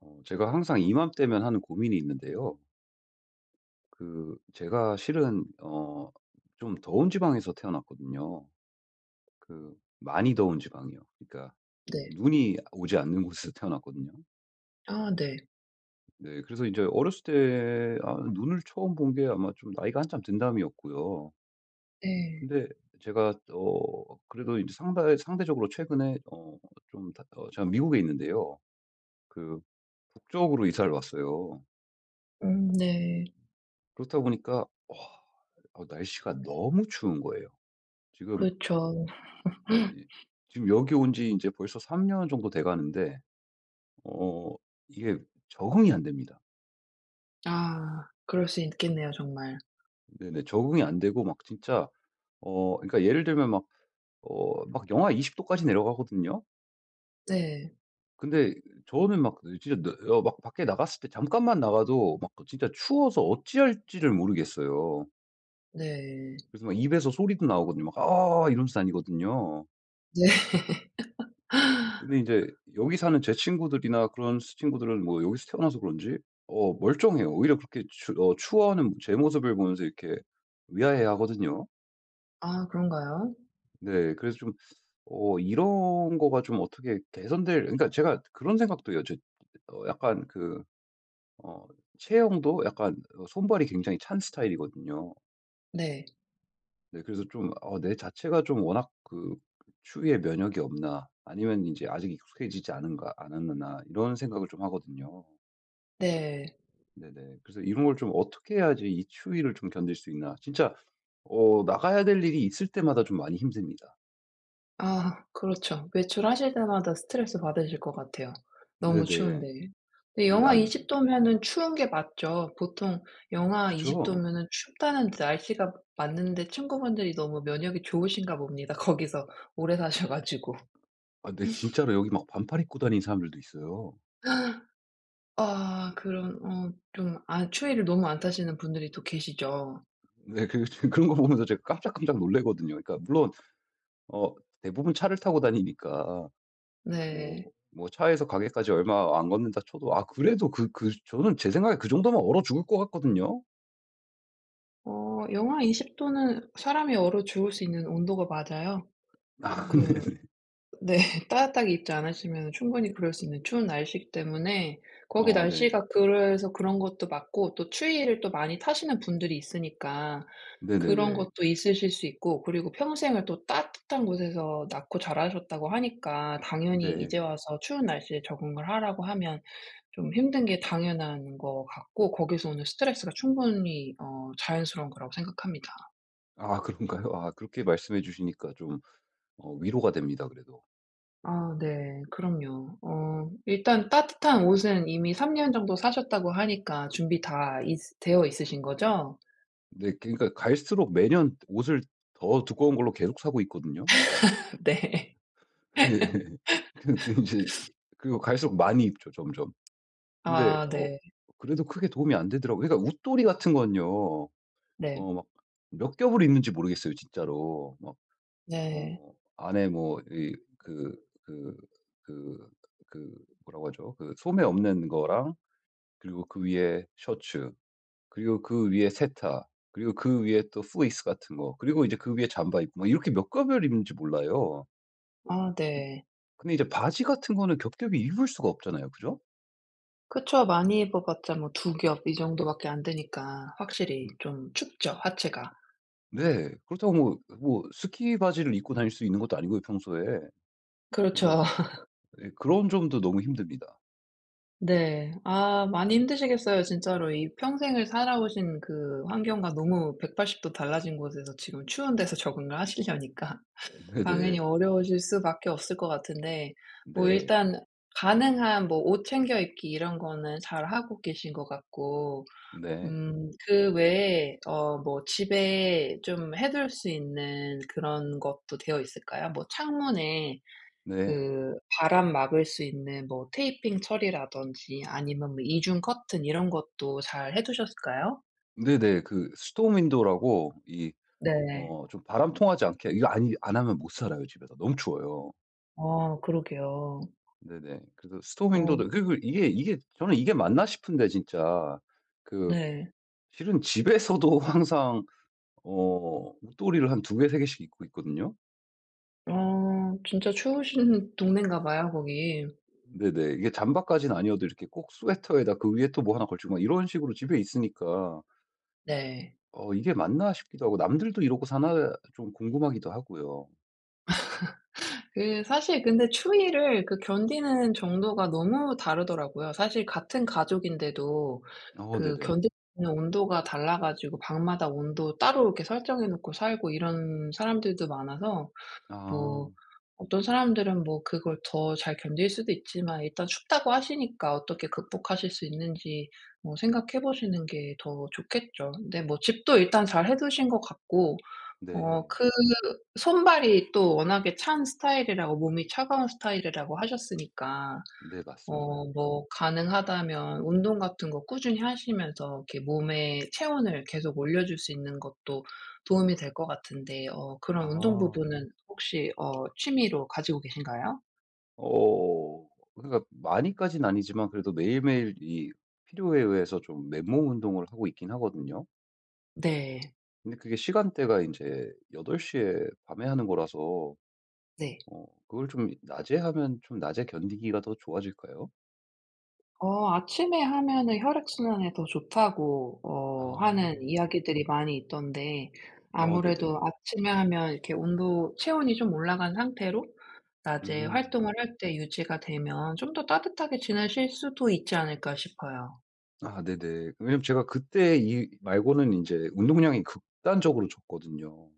제가 항상 이맘때면 하는 고민이 있는데요. 제가 실은, 좀 더운 지방에서 태어났거든요. 그, 많이 더운 지방이요. 그러니까, 네. 눈이 오지 않는 곳에서 태어났거든요. 아 네. 네, 그래서 이제 어렸을 때, 눈을 처음 본 게 아마 좀 나이가 한참 든 다음이었고요. 네. 근데 제가, 그래도 이제 상대적으로 최근에, 좀, 제가 미국에 있는데요. 그, 북쪽으로 이사를 왔어요. 네. 그렇다 보니까, 날씨가 너무 추운 거예요. 지금. 그쵸. 네. 이 지금 여기 온지 이제 벌써 3년 정도 돼 가는데 어 이게 적응이 안 됩니다. 아 그럴 수 있겠네요, 정말. 네네. 적응이 안 되고 막 진짜 그러니까 예를 들면 막 영하 20 도까지 내려가거든요. 네. 근데 저는 막 진짜 막 밖에 나갔을 때 잠깐만 나가도 막 진짜 추워서 어찌할지를 모르겠어요. 네. 그래서 막 입에서 소리도 나오거든요. 막 아아 이러면서 다니거든요. 네. 근데 이제 여기 사는 제 친구들이나 그런 스 친구들은 뭐 여기서 태어나서 그런지 멀쩡해요. 오히려 그렇게 추 어 추워하는 제 모습을 보면서 이렇게 의아해하거든요. 아, 그런가요? 네. 그래서 좀 이런 거가 좀 어떻게 개선될 그러니까 제가 그런 생각도 해요. 약간 어 체형도 약간 손발이 굉장히 찬 스타일이거든요. 네. 네. 그래서 좀 '내 자체가 좀 워낙 추위에 면역이 없나.' 아니면 이제 '아직 익숙해지지 않은가 않았나.' 이런 생각을 좀 하거든요. 네. 네네. 그래서 이런 걸 좀 어떻게 해야지 이 추위를 좀 견딜 수 있나. 진짜 나가야 될 일이 있을 때마다 좀 많이 힘듭니다. 아 그렇죠. 외출하실 때마다 스트레스 받으실 것 같아요, 너무 네네. 추운데. 근데 네. 영하 아. 20 도면은 추운 게 맞죠. 보통 영하 20 그쵸. 도면은 춥다는 날씨가 맞는데, 친구분들이 너무 면역이 좋으신가 봅니다, 거기서 오래 사셔 가지고. 아, 네, 진짜로 여기 막 반팔 입고 다니는 사람들도 있어요. 아, 그런 어 좀 아, 추위를 너무 안 타시는 분들이 또 계시죠. 네. 그런 거 보면서 제가 깜짝깜짝 놀라거든요. 그러니까 물론 어 대부분 차를 타고 다니니까 네. 차에서 가게까지 얼마 안 걷는다 쳐도 아 그래도 저는 제 생각에 그 정도면 얼어 죽을 것 같거든요. 어, 영하 20 도는 사람이 얼어 죽을 수 있는 온도가 맞아요. 아, 그 네. 네. 따뜻하게 입지 않으시면 충분히 그럴 수 있는 추운 날씨이기 때문에, 거기 어. 네. 날씨가 그래서 그런 것도 맞고, 또 추위를 또 많이 타시는 분들이 있으니까 그런 네네네. 것도 있으실 수 있고, 그리고 평생을 또 따뜻한 곳에서 낳고 자라셨다고 하니까 당연히 네. 이제 와서 추운 날씨에 적응을 하라고 하면 좀 힘든 게 당연한 것 같고, 거기서 오는 스트레스가 충분히 어 자연스러운 거라고 생각합니다. 아, 그런가요? 아, 그렇게 말씀해 주시니까 좀 위로가 됩니다 그래도. 아 네. 그럼요. 어 일단 따뜻한 옷은 이미 3년 정도 사셨다고 하니까 준비 다 있 되어 있으신 거죠? 네, 그러니까 갈수록 매년 옷을 더 두꺼운 걸로 계속 사고 있거든요. 네. 근데 이제 그리고 갈수록 많이 입죠 점점. 근데 아 네. 그래도 크게 도움이 안 되더라고요. 그러니까 웃돌이 같은 건요. 네. 막 몇 겹을 입는지 모르겠어요 진짜로. 막 네. 어 안에 뭐 이 그 그 그 그 뭐라고 하죠? 그 소매 없는 거랑 그리고 그 위에 셔츠 그리고 그 위에 세타 그리고 그 위에 또후레이스 같은 거 그리고 이제 그 위에 잠바 입고 막 이렇게 몇 겹을 입는지 몰라요. 아 근 네. 근데 이제 바지 같은 거는 겹겹이 입을 수가 없잖아요. 그죠? 그쵸. 많이 입어 봤자 뭐 두 겹 이 정도밖에 안 되니까 확실히 음. 좀 춥죠, 하체가. 네. 그렇다고 스키 바지를 입고 다닐 수 있는 것도 아니고요, 평소에. 그래서, 그렇죠. 예, 그런 점도 너무 힘듭니다. 네. 아, 많이 힘드시겠어요. 진짜로 이 평생을 살아오신 그 환경과 너무 180도 달라진 곳에서 지금 추운 데서 적응을 하시려니까 당연히 네네. 어려우실 수밖에 없을 것 같은데, 뭐 네. 일단 가능한 뭐 옷 챙겨 입기 이런 거는 잘하고 계신 것 같고, 네. 그 외에 어 뭐 집에 좀 해둘 수 있는 그런 것도 되어 있을까요? 뭐 창문에 네. 그 바람 막을 수 있는 뭐 테이핑 처리라든지, 아니면 뭐 이중 커튼 이런 것도 잘 해 두셨을까요? 네네. 스톰 윈도라고 이 네. 어 좀 바람 통하지 않게 이거, 아니, 안 하면 못 살아요, 집에서. 너무 추워요. 어 그러게요. 네네. 그래서 스토어 어 횡도도 이게 저는 이게 맞나 싶은데 진짜. 그 네. 실은 집에서도 항상 옷도리를 한 두 개 세 개씩 입고 있거든요. 어, 진짜 추우신 동네인가 봐요, 거기. 네네. 이게 잠바까지는 아니어도 이렇게 꼭 스웨터에다 그 위에 또 뭐 하나 걸치고 막 이런 식으로 집에 있으니까 네. 이게 맞나 싶기도 하고 남들도 이러고 사나 좀 궁금하기도 하고요. 그 사실 근데 추위를 그 견디는 정도가 너무 다르더라고요. 사실 같은 가족인데도 어. 그 네네. 견디는 온도가 달라 가지고 방마다 온도 따로 이렇게 설정해 놓고 살고, 이런 사람들도 많아서 뭐 아. 어떤 사람들은 뭐 그걸 더 잘 견딜 수도 있지만, 일단 춥다고 하시니까 어떻게 극복하실 수 있는지 뭐 생각해 보시는 게 더 좋겠죠. 근데 뭐 집도 일단 잘 해 두신 것 같고, 어 네. 그 손발이 또 워낙에 찬 스타일이라고, 몸이 차가운 스타일이라고 하셨으니까 네, 어 맞습니다. 뭐 가능하다면 운동 같은 거 꾸준히 하시면서 이렇게 몸의 체온을 계속 올려 줄 수 있는 것도 도움이 될 것 같은데, 어 그런 운동 아. 부분은 혹시 어 취미로 가지고 계신가요? 어 그러니까 많이까진 아니지만 그래도 매일매일 이 필요에 의해서 좀 맨몸 운동을 하고 있긴 하거든요. 네. 근데 그게 시간대가 이제여덟 시에 밤에 하는 거라서 네. 그걸 좀 낮에 하면 좀 낮에 견디기가 더 좋아질까요? 어 아침에 하면은 혈액순환에 더 좋다고 어 아. 하는 이야기들이 많이 있던데, 어, 아무래도 네네. 아침에 하면 이렇게 온도 체온이 좀 올라간 상태로 낮에 음. 활동을 할 때 유지가 되면 좀 더 따뜻하게 지내실 수도 있지 않을까 싶어요. 아, 네네. 왜냐면 제가 그때 이 말고는 이제 운동량이 극단적으로 줬거든요.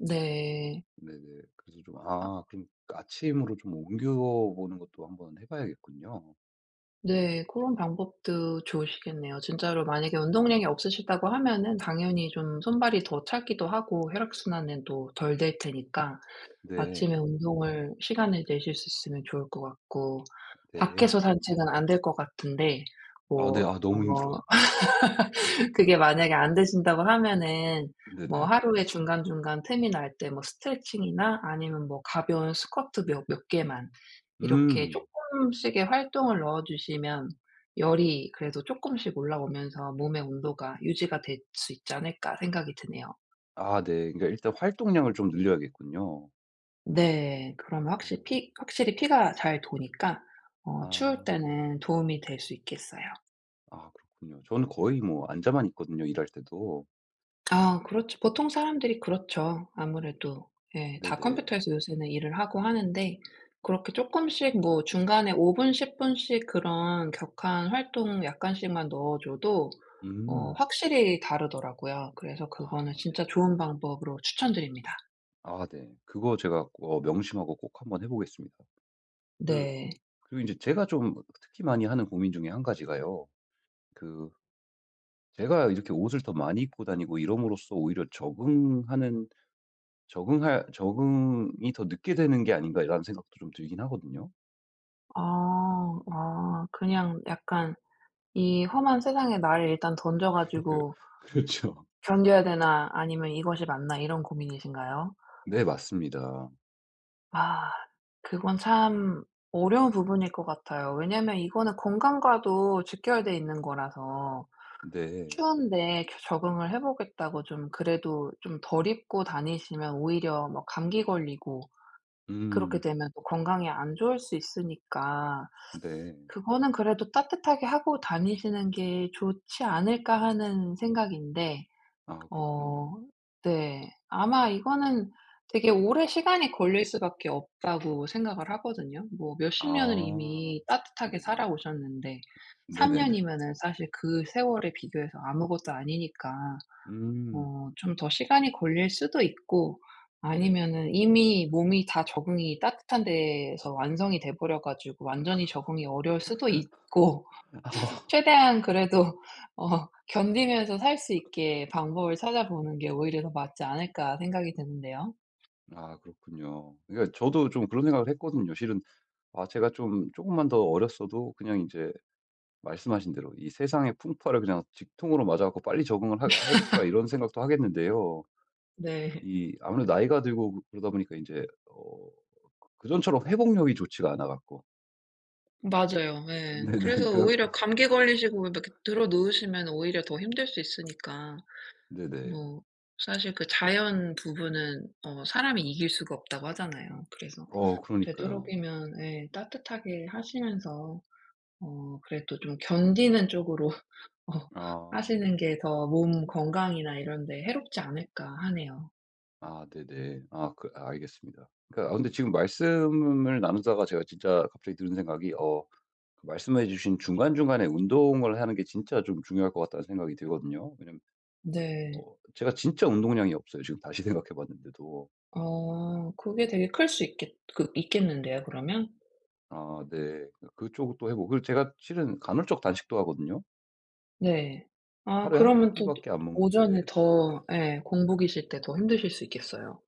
네. 네네. 그래서 좀, 아, 그럼 아침으로 좀 옮겨 보는 것도 한번 해 봐야겠군요. 네. 그런 방법도 좋으시겠네요. 진짜로 만약에 운동량이 없으시다고 하면은 당연히 좀 손발이 더 차기도 하고, 혈액순환은 또 덜 될 테니까 네. 아침에 운동을 시간을 내실 수 있으면 좋을 것 같고, 네. 밖에서 산책은 안 될 것 같은데 아, 네. 뭐 아, 너무 어 힘들어요. 그게 만약에 안 되신다고 하면은 뭐 네네. 하루에 중간중간 틈이 날 때 뭐 스트레칭이나 아니면 뭐 가벼운 스쿼트 몇 개만 이렇게 음. 쪼끔씩의 활동을 넣어 주시면 열이 그래도 쪼끔씩 올라오면서 몸의 온도가 유지가 될 수 있지 않을까 생각이 드네요. 아, 네. 그러니까 일단 활동량을 좀 늘려야겠군요. 네. 그러면 어. 확실히 피 확실히 피가 잘 도니까 어 추울 아. 때는 도움이 될 수 있겠어요. 아, 그렇군요. 저는 거의 뭐 앉아만 있거든요, 일할 때도. 아 그렇죠. 보통 사람들이 그렇죠. 아무래도 예. 다 네네. 컴퓨터에서 요새는 일을 하고 하는데, 그렇게 쪼끔씩 뭐 중간에 5 분, 10 분씩 그런 격한 활동 약간씩만 넣어줘도 어 음. 확실히 다르더라고요. 그래서 그거는 아, 네. 진짜 좋은 방법으로 추천드립니다. 아, 네. 그거 제가 명심하고 꼭 한번 해 보겠습니다. 그 네. 그리고 인제 제가 좀 특히 많이 하는 고민 중에 한 가지가요. 그 제가 이렇게 옷을 더 많이 입고 다니고 이럼으로써 오히려 적응하는 적응할 '적응이 더 늦게 되는 게 아닌가.'라는 생각도 좀 들긴 하거든요. 아. 아. 그냥 약간 이 험한 세상에 나를 일단 던져 그 가지고 그렇죠. '견뎌야 되나 아니면 이것이 맞나.' 이런 고민이신가요? 네, 맞습니다. 아, 그건 참 어려운 부분일 것 같아요. 왜냐면 이거는 건강과도 직결돼 있는 거라서, 네. 추운데 겨 적응을 해 보겠다고 좀 그래도 좀 덜 입고 다니시면 오히려 뭐 감기 걸리고 그렇게 음. 되면 또 건강에 안 좋을 수 있으니까 네. 그거는 그래도 따뜻하게 하고 다니시는 게 좋지 않을까 하는 생각인데. 아, 그렇군요. 어 네. 아마 이거는 되게 오래 시간이 걸릴 수밖에 없다고 생각을 하거든요. 뭐 몇십 년을 아. 이미 따뜻하게 네네. 살아오셨는데 3 네네네. 년이면은 사실 그 세월에 비교해서 아무것도 아니니까 음. 어 좀 더 시간이 걸릴 수도 있고, 네. 아니면은 이미 몸이 다 적응이 따뜻한 데에서 완성이 돼 버려 가지고 완전히 적응이 어려울 수도 있고, 아. 최대한 그래도 어 견디면서 살 수 있게 방법을 찾아보는 게 오히려 더 맞지 않을까 생각이 드는데요. 아, 그렇군요. 그러니까 저도 좀 그런 생각을 했거든요, 실은. 아, 제가 좀 조금만 더 어렸어도 그냥 이제 말씀하신 대로 이 세상의 풍파를 그냥 직통으로 맞아 갖고 '빨리 적응을 하 해 볼까.' 이런 생각도 하겠는데요. 네. 이 아무래도 나이가 들고, 그러다 보니까 인제 그전처럼 회복력이 좋지가 않아 갖고. 맞아요. 예. 네네. 그래서 그래 갖고. 오히려 감기 걸리시고 막 이렇게 들어 누우시면 오히려 더 힘들 수 있으니까, 네네. 뭐 사실 그 자연 부분은 어 사람이 이길 수가 없다고 하잖아요. 그래서 어, 그러니까요. 되도록이면 예 따뜻하게 하시면서 어 그래도 좀 견디는 쪽으로 어 아. 하시는 게 더 몸 건강이나 이런 데 해롭지 않을까 하네요. 아, 네네. 아, 알겠습니다. 그러니까, 아, 근데 지금 말씀을 나누다가 제가 진짜 갑자기 드는 생각이, 말씀해 주신 중간중간에 운동을 하는 게 진짜 좀 중요할 것 같다는 생각이 들거든요. 왜냐면 네. 제가 진짜 운동량이 없어요, 지금 다시 생각해 봤는데도. 아, 그게 되게 클 수 있겠는데요 그러면? 아, 네. 그러니까 그쪽도 해 보고, 그리고 제가 실은 간헐적 단식도 하거든요. 네. 아 하루에 한 그러면 또 끼밖에 안 먹는데, 오전에 더 예 공부 계실 때 더 힘드실 수 있겠어요.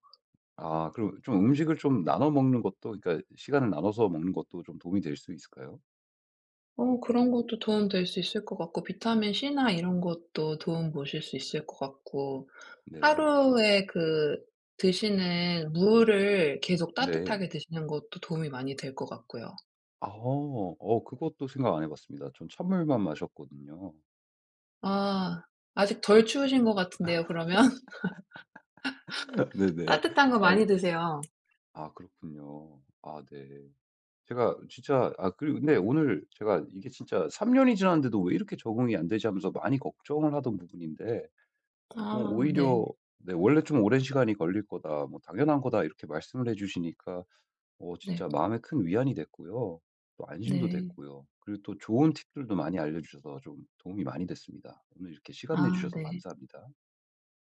아, 그럼 좀 음식을 좀 나눠 먹는 것도, 그러니까 시간을 나눠서 먹는 것도 좀 도움이 될 수 있을까요? 어, 그런 것도 도움 될 수 있을 것 같고, 비타민 C나 이런 것도 도움 보실 수 있을 것 같고, 네. 하루에 그 드시는 물을 계속 네. 따뜻하게 드시는 것도 도움이 많이 될 것 같고요. 아. 그것도 생각 안 해 봤습니다. 전 찬물만 마셨거든요. 아, 아직 덜 추우신 것 같은데요, 그러면? 네네. 따뜻한 거 아. 많이 드세요. 아, 그렇군요. 아, 네. 제가 진짜. 아, 그리고 근데 오늘 제가 이게 진짜 3 년이 지났는데도 '왜 이렇게 적응이 안 되지?' 하면서 많이 걱정을 하던 부분인데, 아 네. 오히려. 네, 원래 좀 오랜 시간이 걸릴 거다, 뭐 당연한 거다 이렇게 말씀을 해 주시니까 네. 진짜 마음에 큰 위안이 됐고요. 또 안심도 네. 됐고요. 그리고 또 좋은 팁들도 많이 알려주셔서 좀 도움이 많이 됐습니다. 오늘 이렇게 시간 아 내주셔서 네. 감사합니다.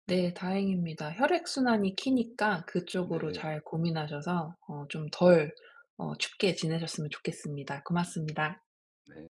네, 다행입니다. 혈액순환이 키니까 그쪽으로 네. 잘 고민하셔서 어 좀 덜 어 춥게 지내셨으면 좋겠습니다. 고맙습니다. 네.